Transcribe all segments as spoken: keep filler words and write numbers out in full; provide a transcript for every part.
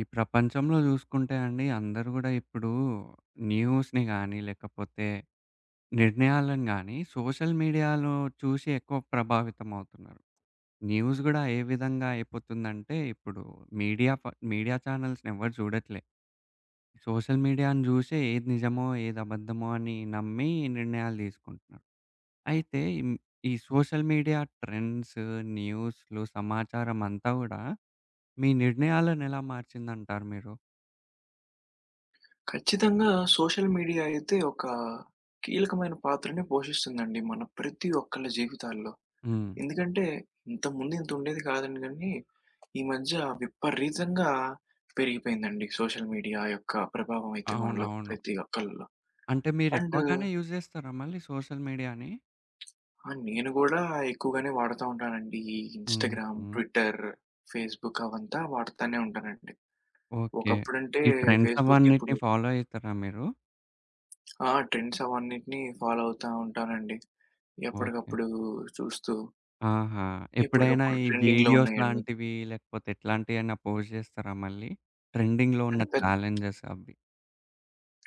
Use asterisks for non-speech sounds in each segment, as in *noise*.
ఈ ప్రపంచంలో జూసుకుంటే అండి అందరూ గూడా ఇప్పుడు న్యూస్‌ని గానీ, లేకపోతే నిర్ణయాలను గానీ సోషల్ మీడియాలో చూసి ఎక్కువ ప్రభావితమవుతున్నారు. న్యూస్ గూడా ఏ విధంగా అయిపోతుందంటే ఇప్పుడు మీడియా ఫ మీడియా ఛానల్స్‌నెవ్వరు జూడట్లే. సోషల్ మీడియాను జూసే ఏది నిజమో, ఏది అబద్ధమో అని నమ్మి నిర్ణయాలు తీసుకుంటున్నారు. అయితే హ్మ్, ఈ సోషల్ మీడియా ట్రెండ్స్, న్యూస్‌లు, సమాచారం అంతా గూడా మీ నిర్ణయాలను ఎలా మార్చిందంటారు మీరు? ఖచ్చితంగా సోషల్ మీడియా అయితే ఒక కీలకమైన పాత్రని పోషిస్తుందండి మన ప్రతి ఒక్కళ్ళ జీవితాల్లో. హ్మ్. ఎందుకంటే ఇంతకుముందు ఇంత ఉండేది కాదండి గానీ, ఈ మధ్య విపరీతంగా పెరిగిపోయిందండి సోషల్ మీడియా యొక్క ప్రభావం అయితే మనలో అవునవును. ప్రతి ఒక్కళ్ళలో. అంటే అండ్ మీరెక్కువగానే యూజ్ జేస్తారా మళ్ళీ సోషల్ మీడియాని? ఆ! నేను గూడా ఎక్కువగానే వాడుతా ఉంటానండి. ఈ హ్మ్. ఇన్‌స్టాగ్రామ్, హ్మ్. ట్విట్టర్, ఫేస్‌బుక్ అవంతా వాడతానే ఉంటానండి. ఓకే. ఒకప్పుడంటే ఈ ట్రెండ్స్ ఫేస్‌బుక్ ఇప్పుడు అవన్నిటిని ఫాలో అయితారా మీరు? ఆ! ట్రెండ్స్ అవన్నిటిని ఫాలో అవుతా ఉంటానండి. ఓకే. ఎప్పటికప్పుడు చూస్తూ, ఆహా! ఎప్పుడైనా ఎప్పటికప్పుడు ఈ ట్రెండింగ్‌లో వీడియోస్ ఉన్నాయండి. లాంటివి లేకపోతే ఎట్లాంటియైనా పోస్ట్ జేస్తారా మళ్ళీ? ట్రెండింగ్‌లో ఉన్న అంటే పెద్ ఛాలెంజెస్ అవి.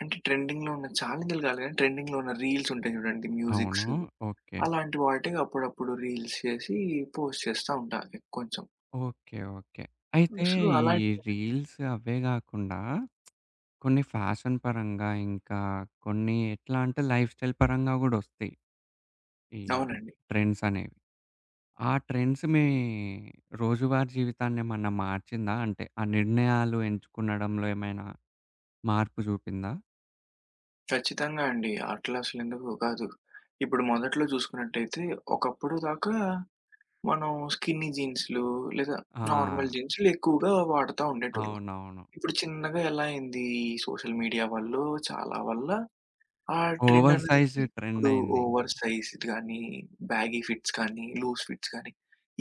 అంటే ట్రెండింగ్‌లో ఉన్న ఛాలెంజ్‌లు కాదు గానీ, ట్రెండింగ్‌లో ఉన్న రీల్స్ ఉంటాయి చూడండి అవును. మ్యూజిక్స్. ఓకే. అలాంటి వాటికి అప్పుడప్పుడు రీల్స్ చేసి పోస్ట్ చేస్తా ఉంటా ఎ కొంచెం. ఓకే. ఓకే. అయితే సో, ఈ అలాంటి రీల్స్ అవే గాకుండా కొన్ని ఫ్యాషన్ పరంగా ఇంకా కొన్ని ఎట్లా అంటే లైఫ్ స్టైల్ పరంగా గూడొస్తాయి. ఈ అవునండి. ట్రెండ్స్ అనేవి. ఆ ట్రెండ్స్ మీ రోజువారీ జీవితాన్నేమన్నా మార్చిందా? అంటే ఆ నిర్ణయాలు ఎంచుకునడంలో ఏమైనా మార్పు చూపిందా? ఖచ్చితంగా అండి. అట్లా అసలెందుకు కాదు. ఇప్పుడు మొదట్లో చూసుకున్నట్టయితే ఒకప్పుడు దాకా మనం స్కిన్నీ జీన్స్‌లు లేదా ఆ! నార్మల్ జీన్స్‌లు ఎక్కువగా వాడుతా ఉండేటోళ్ళం. అవునవును. ఇప్పుడు చిన్నగా ఎలా అయింది ఈ సోషల్ మీడియా వల్లో, చాలా వల్ల ఆ ట్రెండ్ ఓవర్ సైజ్ అన్నదండి ట్రెండ్ ఇప్పుడు అయింది. ఓవర్ సైజ్‌డ్ గానీ, బ్యాగీ ఫిట్స్ కానీ, లూజ్ ఫిట్స్ కానీ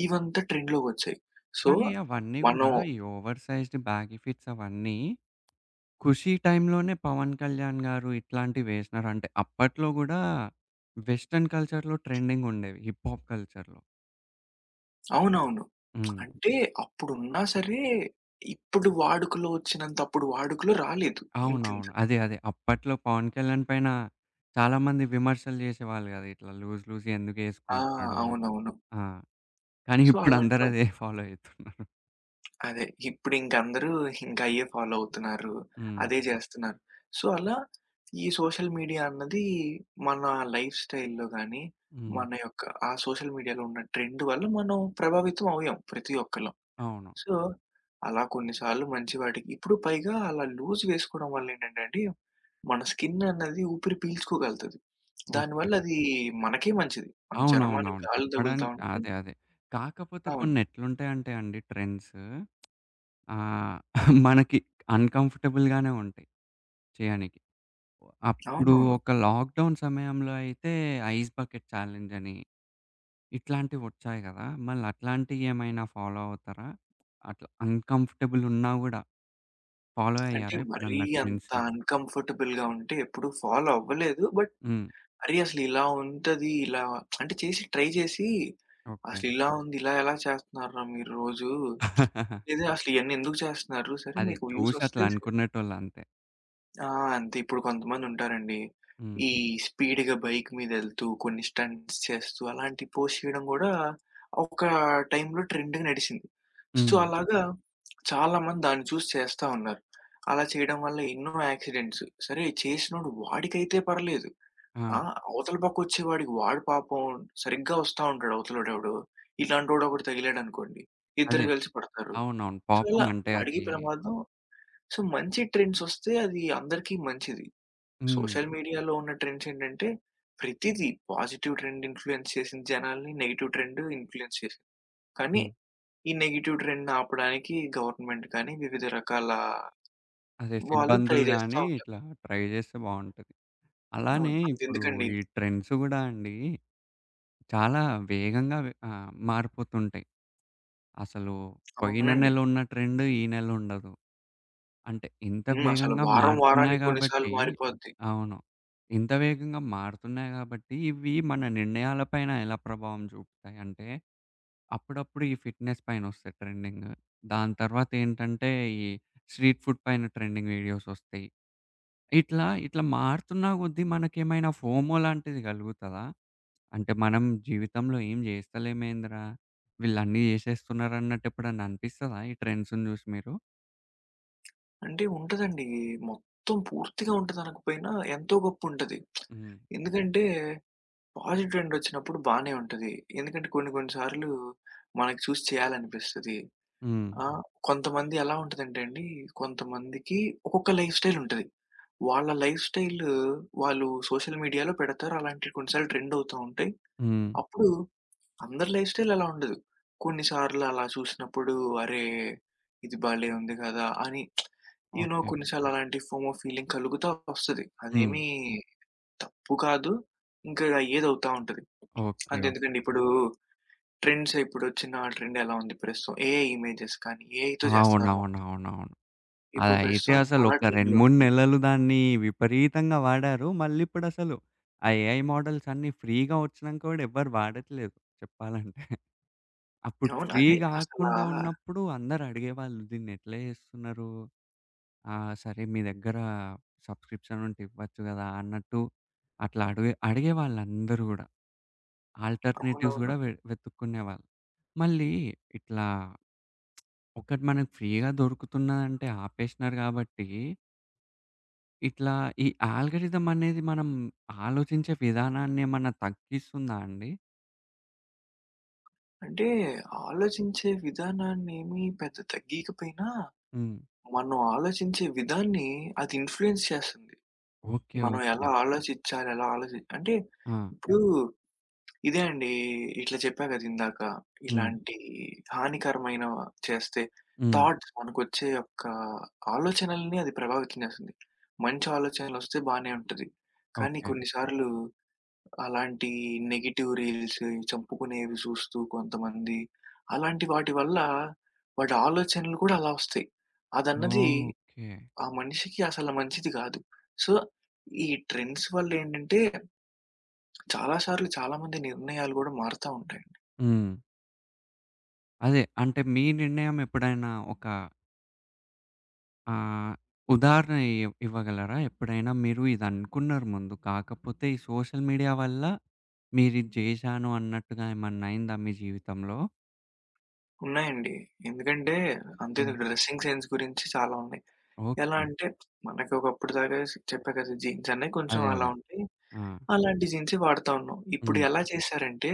ఇవంతా ట్రెండ్‌లోకొచ్చాయి. సో, కానీ అవన్నీ మనం గూడా ఈ ఓవర్ సైజ్డ్ బ్యాగీ ఫిట్స్ అవన్నీ 'ఖుషి' టైమ్‌లోనే పవన్ కళ్యాణ్ గారు ఇట్లాంటివి వేసినారు. అంటే అప్పట్లో గూడా వెస్టర్న్ కల్చర్‌లో ట్రెండింగ్ ఉండేవి హిప్ హాప్ కల్చర్‌లో. అవునవును. హ్మ్. అంటే అప్పుడున్నా సరే, ఇప్పుడు వాడుకలో వచ్చినంత అప్పుడు వాడుకలో రాలేదు అవునవును. ఇంతింతవి. అదే. అదే. అప్పట్లో 'పవన్ కళ్యాణ్' పైన చాలామంది విమర్శలు జేసేవాళ్ళు గదా! ఇట్లా లూజ్ లూజ్‌గా ఆ! ఎందుకేసుకుంటున్నాడు. అవునవును. ఆ! కానీ సో, ఇప్పుడు అందరూ అలాంటివ అదే ఫాలో అయితున్నారు. అదే. ఇప్పుడింకందరూ ఇంకయ్యే ఫాలో అవుతున్నారు. హ్మ్. అదే జేస్తున్నారు. సో, అలా ఈ సోషల్ మీడియా అన్నది మన లైఫ్ స్టైల్‌లో గానీ, హ్మ్. మన యొక్క ఆ సోషల్ మీడియాలో ఉన్న ట్రెండ్ వల్ల మనం ప్రభావితం అయ్యాం ప్రతి ఒక్కళ్ళం. అవును. సో, అలా కొన్ని సార్లు మంచి వాటికి ఇప్పుడు పైగా అలా లూజ్ వేసుకోవడం వల్లేంటంటే అండి, మన స్కిన్ అన్నది ఊపిరి పీల్చుకోగలుగుతది. ఓకే. దానివల్ల అది మనకే మంచిది. మన చర్మానికి అవునవునవును. గాలి తగులుతా చెప్పడానికి ఉంటే అదే. అదే. కాకపోతే అవును. కొన్ని ఎట్లుంటాయంటే అండి ట్రెండ్స్ ఆహ్, *laughs* మనకి అన్‌కంఫర్టబుల్‌గానే ఉంటాయి చేయనీకి. అప్పుడు అవునవును. ఒక లాక్‌డౌన్ సమయంలో అయితే ఐస్ బకెట్ ఛాలెంజ్ అని ఇట్లాంటివొచ్చాయి గదా! మళ్ళట్లాంటియేమైనా ఫాలో అవుతారా? అట్లా అన్‌కంఫర్టబుల్ ఉన్నా గూడా ఫాలో అంటే అయ్యారా మరీ ఎప్పుడన్నా అంత ట్రెండ్స్‌ని? అన్‌కంఫర్టబుల్‌గా ఉంటే ఎప్పుడు ఫాలో అవ్వలేదు. బట్ హ్మ్. అరె! అసలు ఇలా ఉంటది. ఇలా అంటే చేసి ట్రై చేసి ఓకే. అసలు ఇలా ఉంది. ఇలా ఎలా చేస్తున్నారురా మీరు రోజు? *laughs* లేదా అసలు ఇయన్నీ ఎందుకు చేస్తున్నారు? సరే అదే మీకు వ్యూస్ చూసి అట్లా వస్తాయి. అనుకునేటోళ్ళంతే. ఆ! అంతే. ఇప్పుడు కొంతమందుంటారండి. హ్మ్. ఈ స్పీడ్‌గా బైక్ మీదెళ్తూ, కొన్ని స్టంట్స్ చేస్తూ, అలాంటి పోస్ట్ చేయడం గూడా ఒక టైంలో ట్రెండ్‌గా నడిచింది. సో, హ్మ్. అలాగా ఓకే. చాలామంది దాన్ని చూసి చేస్తా ఉన్నారు. అలా చేయడం వల్ల ఎన్నో యాక్సిడెంట్స్. సరే చేసినోడు వాడికైతే పర్లేదు. ఆ! ఆ! అవతల పక్కొచ్చేవాడికి వాడు పాపం సరిగ్గా వస్తా ఉంటాడు అవతలోడెవడో. ఇలాంటోడొకడు తగిలాడనుకోండి, ఇద్దరు అదే. కలిసి పడతారు. అవునవును. సో, పాపం ఇలా అంటే వాడికి అది ప్రమాదం. సో, మంచి ట్రెండ్సొస్తే అది అందరికీ మంచిది. హ్మ్. సోషల్ మీడియాలో ఉన్న ట్రెండ్స్ ఏంటంటే, ప్రతీదీ పాజిటివ్ ట్రెండ్ ఇన్‌ఫ్లూయెన్స్ చేసింది జనాల్ని. నెగెటివ్ ట్రెండ్ ఇన్‌ఫ్లూయెన్స్ చేసింది. కానీ, హ్మ్. ఈ నెగెటివ్ ట్రెండ్‌ని ఆపడానికి గవర్నమెంట్ కానీ, వివిధ రకాల అదే వాళ్ళు ట్రై సిబ్బందులు చేస్తా గానీ ఉన్నారు. ఇట్లా ట్రై జేస్తే బావుంటది. అలానే అవును. ఇప్పుడు అంతెందుకండి ఈ ట్రెండ్స్ గూడా అండి చాలా వేగంగా వె ఆహ్, మారిపోతుంటాయి. అసలు పోయిన అవునండి. నెలున్న ట్రెండ్ ఈ నెలుండదు. అంటే ఇంత హ్మ్. అసలు వేగంగా వారం మారుతున్నాయి వారానికి కొన్నిసార్లు గాబట్టి మారిపోద్ది. అవును. ఇంత వేగంగా మారుతున్నాయి గాబట్టి, ఇవి మన నిర్ణయాలపైన ఎలా ప్రభావం చూపుతాయి అంటే, అప్పుడప్పుడు ఈ ఫిట్‌నెస్ పైనొస్తాయి ట్రెండింగ్. దాని తర్వాతేంటంటే, ఈ స్ట్రీట్ ఫుడ్ పైన ట్రెండింగ్ వీడియోసొస్తాయి. ఇట్లా, ఇట్లా మారుతున్న కొద్దీ మనకేమైనా ఫోమో లాంటిది గలుగుతదా? అంటే మనం జీవితంలో ఏం జేస్తలేమేందిరా! వీళ్ళన్నీ జేసేస్తున్నారన్నట్టెప్పుడన్నా అనిపిస్తదా ఈ ట్రెండ్స్‌ని జూసి మీరు? అంటే ఉంటదండి. మొత్తం పూర్తిగా ఉంటదనకపోయినా ఎంతో గొప్పుంటది. హ్మ్. ఎందుకంటే, పాజిటివ్ ట్రెండ్ వచ్చినప్పుడు బానే ఉంటది. ఎందుకంటే, కొన్ని కొన్ని సార్లు మనకు చూసి చేయాలనిపిస్తది. హ్మ్. ఆ! కొంతమంది ఎలా ఉంటదంటే అండి, కొంతమందికి ఒక్కొక్క లైఫ్ స్టైల్ ఉంటది. వాళ్ళ లైఫ్ స్టైల్ వాళ్ళు సోషల్ మీడియాలో పెడతారు. అలాంటివి కొన్నిసార్లు ట్రెండ్ అవుతూ ఉంటాయి. హ్మ్. అప్పుడు అందరి లైఫ్ స్టైల్ అలా ఉండదు. కొన్ని సార్లు అలా చూసినప్పుడు అరే! ఇది భలే ఉంది కదా! అని యూ నో ఓకే. కొన్నిసార్లు అలాంటి ఫోమో ఫీలింగ్ కలుగుతా వస్తది. హ్మ్. అదేమీ తప్పు కాదు. ఇంకా అయ్యేది అవుతా ఉంటది. ఓకే. ఓకే. అంతెందుకండి ఇప్పుడు ట్రెండ్స్ ఇప్పుడొచ్చిన ట్రెండ్ ఎలా ఉంది ప్రస్తుతం ఏఐ ఇమేజెస్ కానీ ఏఐతో చేస్తున్నారు అవునవునవునవును. ఇప్పుడు అదైతే ప్రస్తుతం చాలా అసలొక రెండు, ట్రెండ్‌లో మూడు ఉంది. నెలలు దాన్ని విపరీతంగా వాడారు. మళ్ళిప్పుడసలు ఆ ఏఐ మోడల్స్ అన్నీ ఫ్రీ‌గా వచ్చినంక గూడా ఎవ్వరు వాడట్లేదు చెప్పాలంటే. అప్పుడు అవును. ఫ్రీ అదే అసలా గాకుండా ఉన్నప్పుడు అందరూ అడిగేవాళ్ళు దీన్నెట్లా జేస్తున్నారు? ఆ! సరే మీ దగ్గర సబ్స్క్రిప్షన్ ఉంటే ఇవ్వచ్చు గదా! అన్నట్టు అట్లా అడుగే అడిగేవాళ్ళందరూ గూడా. ఆల్టర్‌నేటివ్స్ అవునవును. గూడా వె వెతుక్కునేవాళ్ళు. మళ్ళీ ఇట్లా ఒకటి మనకు ఫ్రీగా దొరుకుతున్నదంటే ఆపేసినారు గాబట్టి, ఇట్లా ఈ ఆల్గోరిథం అనేది మనం ఆలోచించే విధానాన్ని ఏమన్నా తగ్గిస్తుందా అండి? అంటే ఆలోచించే విధానాన్నేమి పెద్ద తగ్గీకపోయినా, హ్మ్. మనం ఆలోచించే విధాన్ని అది ఇన్‌ఫ్లూయెన్స్ చేస్తుంది. ఓకే. మనం ఓకే. ఎలా ఆలోచించాలి, ఎలా ఆలోచి అంటే ఆ! ఇప్పుడు ఇదే అండి. ఇట్లా చెప్పా కదా ఇందాక. హ్మ్. ఇలాంటి హానికరమైన చేస్తే హ్మ్. థాట్స్ మనకొచ్చే యొక్క ఆలోచనల్ని అది ప్రభావితం చేస్తుంది. మంచి ఆలోచనలొస్తే బానే ఉంటది. కానీ ఓకే. కొన్ని సార్లు అలాంటి నెగెటివ్ రీల్స్, ఈ చంపుకునేవి చూస్తూ కొంతమంది, అలాంటి వాటి వల్ల వాడి ఆలోచనలు కూడా అలా వస్తాయి. అదన్నది ఓకే. ఆ మనిషికి అసలు మంచిది కాదు. సో, ఈ ట్రెండ్స్ వల్లేంటంటే చాలా సార్లు చాలామంది నిర్ణయాలు కూడా మారుతా ఉంటాయండి. హ్మ్. అదే. అంటే మీ నిర్ణయం ఎప్పుడైనా ఒక ఆహ్, ఉదాహరణ ఇ ఇవ్వగలరా? ఎప్పుడైనా మీరు ఇదనుకున్నారు ముందు. కాకపోతే ఈ సోషల్ మీడియా వల్ల మీరిది జేశాను అన్నట్టుగా ఏమన్నా అయిందా మీ జీవితంలో? ఉన్నాయండి. ఎందుకంటే హ్మ్. అంతెందుకు డ్రెస్సింగ్ సెన్స్ గురించి చాలా ఉన్నాయి. ఎలా ఓకే. అంటే మనకి ఒకప్పుడు దాకా చెప్పా కదా! జీన్స్ అనేవి కొంచెం అదే. అలా అదే. ఉంటాయి. ఆ! అలాంటి జీన్సే వాడతా ఉన్నాం. ఇప్పుడు హ్మ్. ఎలా చేశారంటే,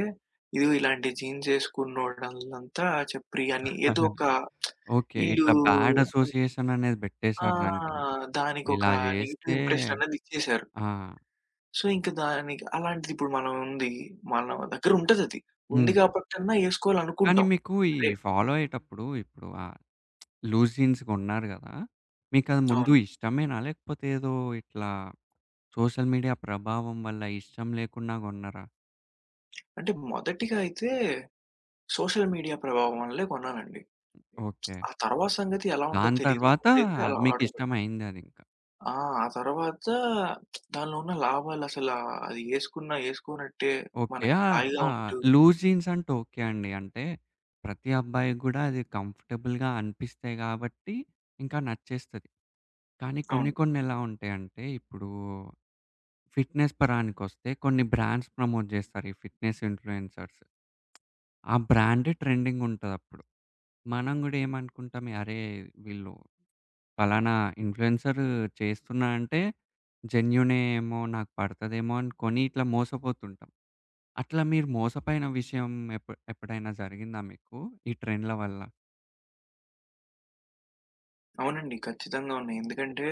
ఇదిగో ఇలాంటి జీన్స్ ఏసుకున్నోళ్ళంతా చప్రి అని ఏదో ఒక ఓకే. ఈళ్ళు ఇట్లా బ్యాడ్ అసోసియేషన్ అనేది ఆ! బెట్టేసారు దానికింకా. దానికొక ఇలా నెగెటివ్ జేస్తే ఇంప్రెషన్ అనేది ఇచ్చేశారు. ఆ! సో, ఇంక దానికి అలాంటిది ఇప్పుడు మనం ఉంది. మన దగ్గర ఉంటదది. హ్మ్. ఉంది కాబట్టన్నా కానీ ఏసుకోవాలనుకుంటాం. మీకు సరే ఈ ఫాలో అయ్యేటప్పుడు ఇప్పుడు ఆహ్, లూజ్ జీన్స్ గొన్నారు గదా! మీకది ముందు అవును. ఇష్టమేనా? లేకపోతే ఏదో ఇట్లా సోషల్ మీడియా ప్రభావం వల్ల ఇష్టం లేకున్నా గొన్నారా? అంటే మొదటిగా అయితే సోషల్ మీడియా ప్రభావం వల్లే కొన్నానండి. ఓకే. ఆ తర్వాత సంగతి ఎలా ఉంటదో దాని తెలీదు. తర్వాత ముందైతే అలా ఆర్డర్ పెట్టాను. మీకిష్టమయిందది. ఆ! ఆ తర్వాత దానిలో ఉన్న లాభాలసలా అది యేసుకున్నా, యేసుకోనట్టే ఓకే. మనకి ఆ! హాయిగా ఆ! ఉంటూ లూజ్ జీన్స్ అంటే ఓకే అండి. అంటే ప్రతి అబ్బాయికి గూడా అది కంఫర్టబుల్‌గా అనిపిస్తాయి గాబట్టి ఇంకా నచ్చేస్తది. కానీ కొన్ని అవును. కొన్ని ఎలా ఉంటాయంటే ఇప్పుడు ఫిట్‌నెస్ పరానికొస్తే కొన్ని బ్రాండ్స్ ప్రమోట్ జేస్తారు ఈ ఫిట్‌నెస్ ఇన్‌ఫ్లుయెన్సర్స్. ఆ బ్రాండే ట్రెండింగ్ ఉంటదప్పుడు. మనం గూడా ఏమనుకుంటాం, "అరే! వీళ్ళు ఫలానా ఇన్‌ఫ్లుయెన్సర్ చేస్తున్నా అంటే జెన్యూనే ఏమో నాకు పడతదేమో" అని కొని ఇట్లా మోసపోతుంటాం. అట్లా మీరు మోసపోయిన విషయం ఎప్పు ఎప్పుడైనా జరిగిందా మీకు? ఈ ట్రెండ్‌ల వల్ల? అవునండి. ఖచ్చితంగా ఉన్నాయి. ఎందుకంటే,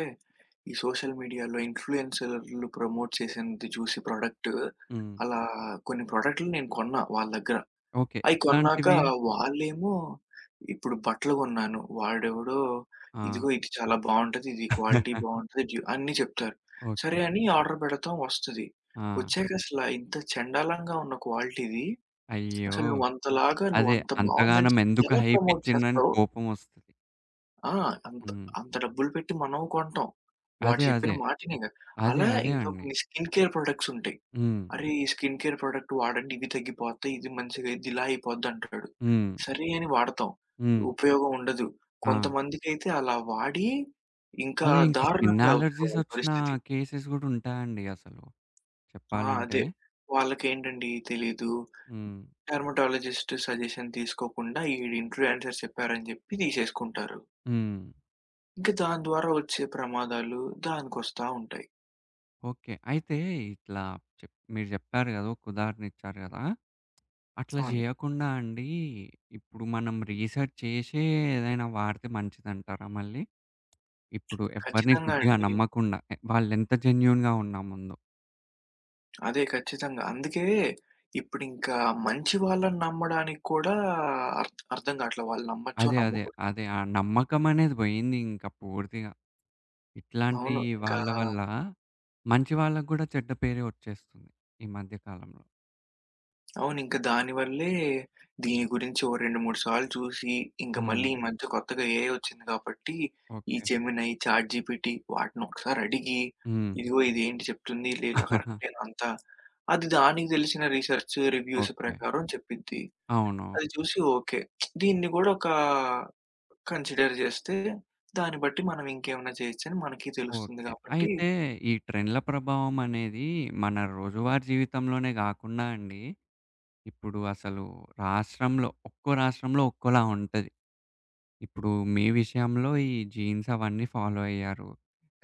ఈ సోషల్ మీడియాలో ఇన్‌ఫ్లుయెన్సర్‌లు ప్రమోట్ చేసినది చూసి ప్రొడక్టు, హ్మ్. అలా కొన్ని ప్రొడక్టులు నేను కొన్నా వాళ్ళ దగ్గర. ఓకే. అయి కొన్నాక ఇట్లాంటివి వాళ్ళేమో ఇప్పుడు బట్టలు కొన్నాను. వాడెవడో ఆ! ఇదిగో ఇది చాలా బావుంటది. ఇది క్వాలిటీ బావుంటది. డ్యూ అన్నీ చెప్తారు. సరే ఓకే. అని ఆర్డర్ పెడతాం వస్తది. ఆ! వచ్చాక అసలా ఇంత చెండాలంగా ఉన్న క్వాలిటీది అయ్యో! అసలు నువ్వంతలాగా అదే నువ్వంత బావుందని అంతగానం చెప్పి ఎందుకు ఎలా హైప్ ప్రమోట్ ఇచ్చిండ్రని చేస్తావు? కోపం వస్తది. ఆ! అంత హ్మ్. అంత డబ్బులు పెట్టి మనం కొంటాం. వాడు అదే. చెప్పిన అదే. మాట ఇనిగా. అదే. అలా అదే ఇంకా అండి. కొన్ని స్కిన్ కేర్ ప్రొడక్ట్స్ ఉంటాయి. హ్మ్. అరే! ఈ స్కిన్ కేర్ ప్రొడక్ట్ వాడండి ఇవి తగ్గిపోతాయి, ఇది మంచిగా ఇది ఇలా అయిపోద్దంటాడు. హ్మ్. సరే అని వాడతాం. హ్మ్. ఉపయోగం ఉండదు. ఆ! కొంతమందికైతే అలా వాడి ఇంకా అదే ఇంకా స్కిన్ దారుణంగా అవుతది అలెర్జీస్ వాళ్ళ వచ్చిన పరిస్థితి. కేసెస్ గూడా ఉంటాయండి అసలు ఆ! చెప్పాలంటే. అదే. వాళ్ళకేంటండి తెలీదు. హ్మ్. డెర్మటాలజిస్ట్ సజెషన్ తీసుకోకుండా ఈడు ఇన్‌ఫ్లుయెన్సర్ చెప్పారని చెప్పి తీసేసుకుంటారు. హ్మ్. ఇంక దాని ద్వారా వచ్చే ప్రమాదాలు దానికొస్తా ఉంటాయి. ఓకే. అయితే ఇట్లా చెప్ మీరు చెప్పారు గదా! ఒక ఉదాహరణ ఇచ్చారు గదా! అట్లా అవును. జేయకుండా అండి, ఇప్పుడు మనం రీసెర్చ్ చేసే ఏదైనా వాడితే మంచిదంటారా మళ్ళీ? ఇప్పుడు ఎవ్వరిని ఖచ్చితంగా గుడ్డిగా అండి. నమ్మకుండా, ఎ వాళ్ళెంత జెన్యూన్‌గా ఉన్నా ముందు. అదే ఖచ్చితంగా. అందుకే ఇప్పుడింకా మంచి వాళ్ళని నమ్మడానికి కూడా అర్ అర్థం గాట్ల. వాళ్ళు నమ్మొచ్చో అదే. అదే. నమ్మకూడదో. అదే. ఆ నమ్మకం అనేది పోయింది ఇంకా పూర్తిగా. ఇట్లాంటి అవును. ఇంకా వాళ్ళ వల్ల మంచి వాళ్ళకి గూడా చెడ్డ పేరే వచ్చేస్తుంది ఈ మధ్య కాలంలో. అవును. ఇంక దానివల్లే దీని గురించి ఓ రెండు, మూడు సార్లు చూసి, ఇంక హ్మ్. మళ్ళీ ఈ మధ్య కొత్తగా ఏఐ ఒచ్చింది కాబట్టి, ఈ ఓకే. జెమినై, చాట్ జీపీటీ వాటిని ఒకసారి అడిగి, హ్మ్. ఇదిగో ఇదేంటి చెప్తుంది, లే ఇలా *laughs* కరెక్టేనా అంతా, అది దానికి తెలిసిన రీసెర్చ్, రివ్యూస్ ఓకే. ప్రకారం చెప్పిద్ది. అవును. అది చూసి ఓకే. దీన్ని గూడా ఒక కన్సిడర్ జేస్తే, దాన్ని బట్టి మనం ఇంకేమన్నా చేయొచ్చని మనకి తెలుస్తుంది ఓకే. గాబట్టి, అయితే ఈ ట్రెండ్‌ల ప్రభావం అనేది మన రోజువారీ జీవితంలోనే గాకుండా అండి ఇప్పుడు అసలు రాష్ట్రంలో ఒక్కో రాష్ట్రంలో ఒక్కోలా ఉంటది. ఇప్పుడు మీ విషయంలో ఈ జీన్స్ అవన్నీ ఫాలో అయ్యారు.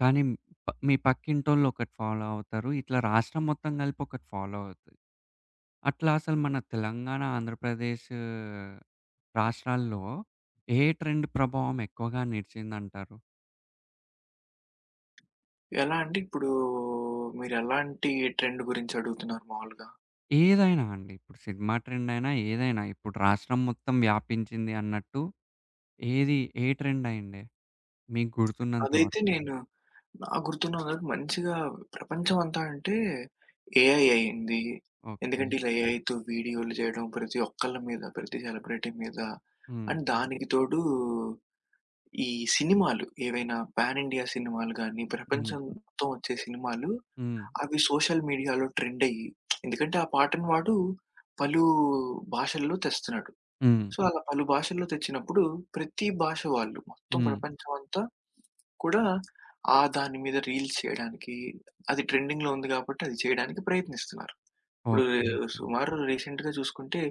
కానీ ప మీ పక్కింటోళ్ళు ఒకటి ఫాలో అవుతారు. ఇట్లా రాష్ట్రం మొత్తం కలిపి ఒకటి ఫాలో అవుతది. అట్లా అసలు మన తెలంగాణ, ఆంధ్రప్రదేశ్ రాష్ట్రాల్లో ఏ ట్రెండ్ ప్రభావం ఎక్కువగా నిలిచిందంటారు? ఎలా అంటే ఇప్పుడు మీరెలాంటి ట్రెండ్ గురించి అడుగుతున్నారు మామూలుగా? ఏదైనా అండి. ఇప్పుడు సినిమా ట్రెండ్ అయినా ఏదైనా ఇప్పుడు రాష్ట్రం మొత్తం వ్యాపించింది అన్నట్టు ఏది ఏ ట్రెండ్ అయిండే మీకు గుర్తున్నంత అదైతే వరకు? నేను నాకు గుర్తున్నంత వరకు మంచిగా ప్రపంచం అంతా అంటే ఏఐ అయింది. ఓకే. ఎందుకంటే ఇలా ఏఐతో వీడియోలు జేయడం ప్రతి ఒక్కళ్ళ మీద, ప్రతి సెలబ్రిటీ మీద హ్మ్. అండ్ దానికి తోడు ఈ సినిమాలు ఏవైనా పాన్ ఇండియా సినిమాలు గాని, హ్మ్. ప్రపంచం మొత్తం వచ్చే సినిమాలు హ్మ్. అవి సోషల్ మీడియాలో ట్రెండ్ అయ్యి ఎందుకంటే ఆ పాటను వాడు పలు భాషల్లో తెస్తున్నాడు. హ్మ్. సో, అలా పలు భాషల్లో తెచ్చినప్పుడు ప్రతి భాష వాళ్ళు మొత్తం హ్మ్. ప్రపంచం అంతా కూడా ఆ దాని మీద రీల్స్ చేయడానికి అది ట్రెండింగ్‌లో ఉంది కాబట్టి అది చేయడానికి ప్రయత్నిస్తున్నారు. ఇప్పుడు ఓకే. ఓకే. సుమారు రీసెంట్‌గా చూసుకుంటే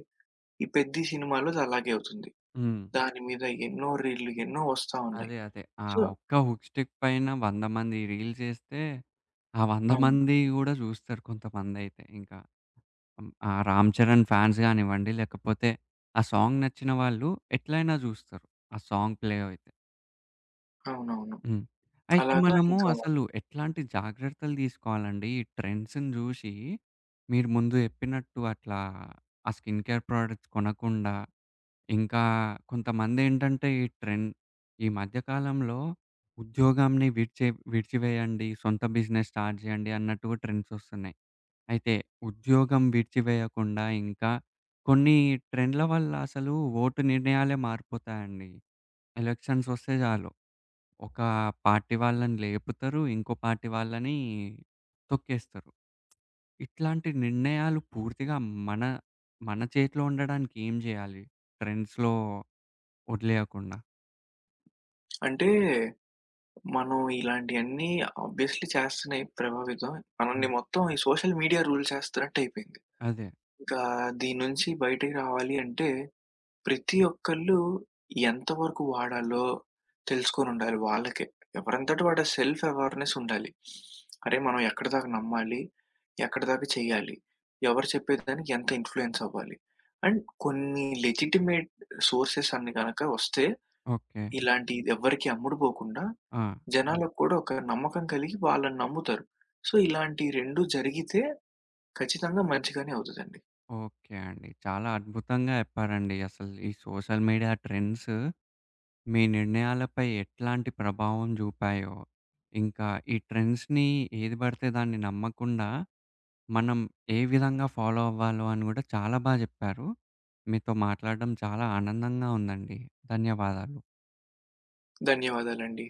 ఈ 'పెద్ది' సినిమాలో అది అలాగే అవుతుంది. హ్మ్. దాని మీద ఎన్నో రీల్‌లు ఎన్నో వస్తా ఉన్నాయి. అదే. అదే. ఆ సో ఒక్క హుక్ స్టిక్ పైన వంద మంది రీల్స్ చేస్తే, ఆ వంద అవును. మంది గూడా చూస్తారు కొంతమందైతే ఇంకా. హ్మ్. ఆ 'రామ్ చరణ్' ఫ్యాన్స్ గానివ్వండి, లేకపోతే ఆ సాంగ్ నచ్చిన వాళ్ళు ఎట్లైనా చూస్తారు. ఆ సాంగ్ ప్లే అయితే. అవునవును. హ్మ్. అయితే అలాగా మనము ఇంకా అసలు ఎట్లాంటి జాగ్రత్తలు తీసుకోవాలండి? ఈ ట్రెండ్స్‌ని చూసి మీరు ముందు చెప్పినట్టు అట్లా ఆ స్కిన్ కేర్ ప్రొడక్ట్స్ కొనకుండా ఇంకా కొంతమందేంటంటే ఈ ట్రెండ్ ఈ మధ్య కాలంలో ఉద్యోగాన్ని విడిచే విడిచివేయండి. సొంత బిజినెస్ స్టార్ట్ చేయండి అన్నట్టుగా ట్రెండ్స్ వస్తున్నాయి. అయితే ఉద్యోగం విడిచివేయకుండా ఇంకా కొన్ని ట్రెండ్‌ల వల్ల అసలు ఓటు నిర్ణయాలే మారిపోతాయండి. ఎలక్షన్స్ వస్తే చాలు. ఒక పార్టీ వాళ్ళని లేపుతారు. ఇంకో పార్టీ వాళ్ళని తొక్కేస్తారు. ఇట్లాంటి నిర్ణయాలు పూర్తిగా మన మన చేతిలో ఉండడానికి ఏం చేయాలి? ట్రెండ్స్‌లో వదిలేయకుండా. అంటే మనం ఇలాంటియన్నీ ఆబ్వియస్‌లీ చేస్తున్నాయి ప్రభావితం. మనల్ని హ్మ్. మొత్తం ఈ సోషల్ మీడియా రూల్ చేస్తున్నట్టయిపోయింది. అదే. ఇంకా దీని నుంచి బయటికి రావాలి అంటే ప్రతి ఒక్కళ్ళు ఎంతవరకు వాడాలో తెలుసుకొనుండాలి వాళ్ళకే. ఎవరంతట వాడ సెల్ఫ్ అవేర్‌నెస్ ఉండాలి. అరే! మనం ఎక్కడిదాకా నమ్మాలి? ఎక్కడిదాకా చేయాలి? ఎవరు చెప్పేదానికి ఎంత ఇన్‌ఫ్లూయెన్స్ అవ్వాలి? అండ్ కొన్ని లెజిటిమేట్ సోర్సెస్ అన్ని గనక వస్తే ఓకే. ఇలాంటియి ఎవ్వరికీ అమ్ముడు పోకుండా హ్మ్. ఆ! జనాలకు కూడా ఒక నమ్మకం కలిగి వాళ్ళని నమ్ముతారు. సో, ఇలాంటి రెండు జరిగితే ఖచ్చితంగా మంచిగానే అవుతదండి. ఓకే అండి. చాలా అద్భుతంగా చెప్పారండి. అసలు ఈ సోషల్ మీడియా ట్రెండ్స్ మీ నిర్ణయాలపై ఎట్లాంటి ప్రభావం జూపాయో, ఇంకా ఈ ట్రెండ్స్‌ని ఏది బడితే దాన్ని నమ్మకుండా మనం ఏ విధంగా ఫాలో అవ్వాలో అని గూడా చాలా బా జెప్పారు. మీతో మాట్లాడడం చాలా ఆనందంగా ఉందండి. ధన్యవాదాలు. ధన్యవాదాలండి.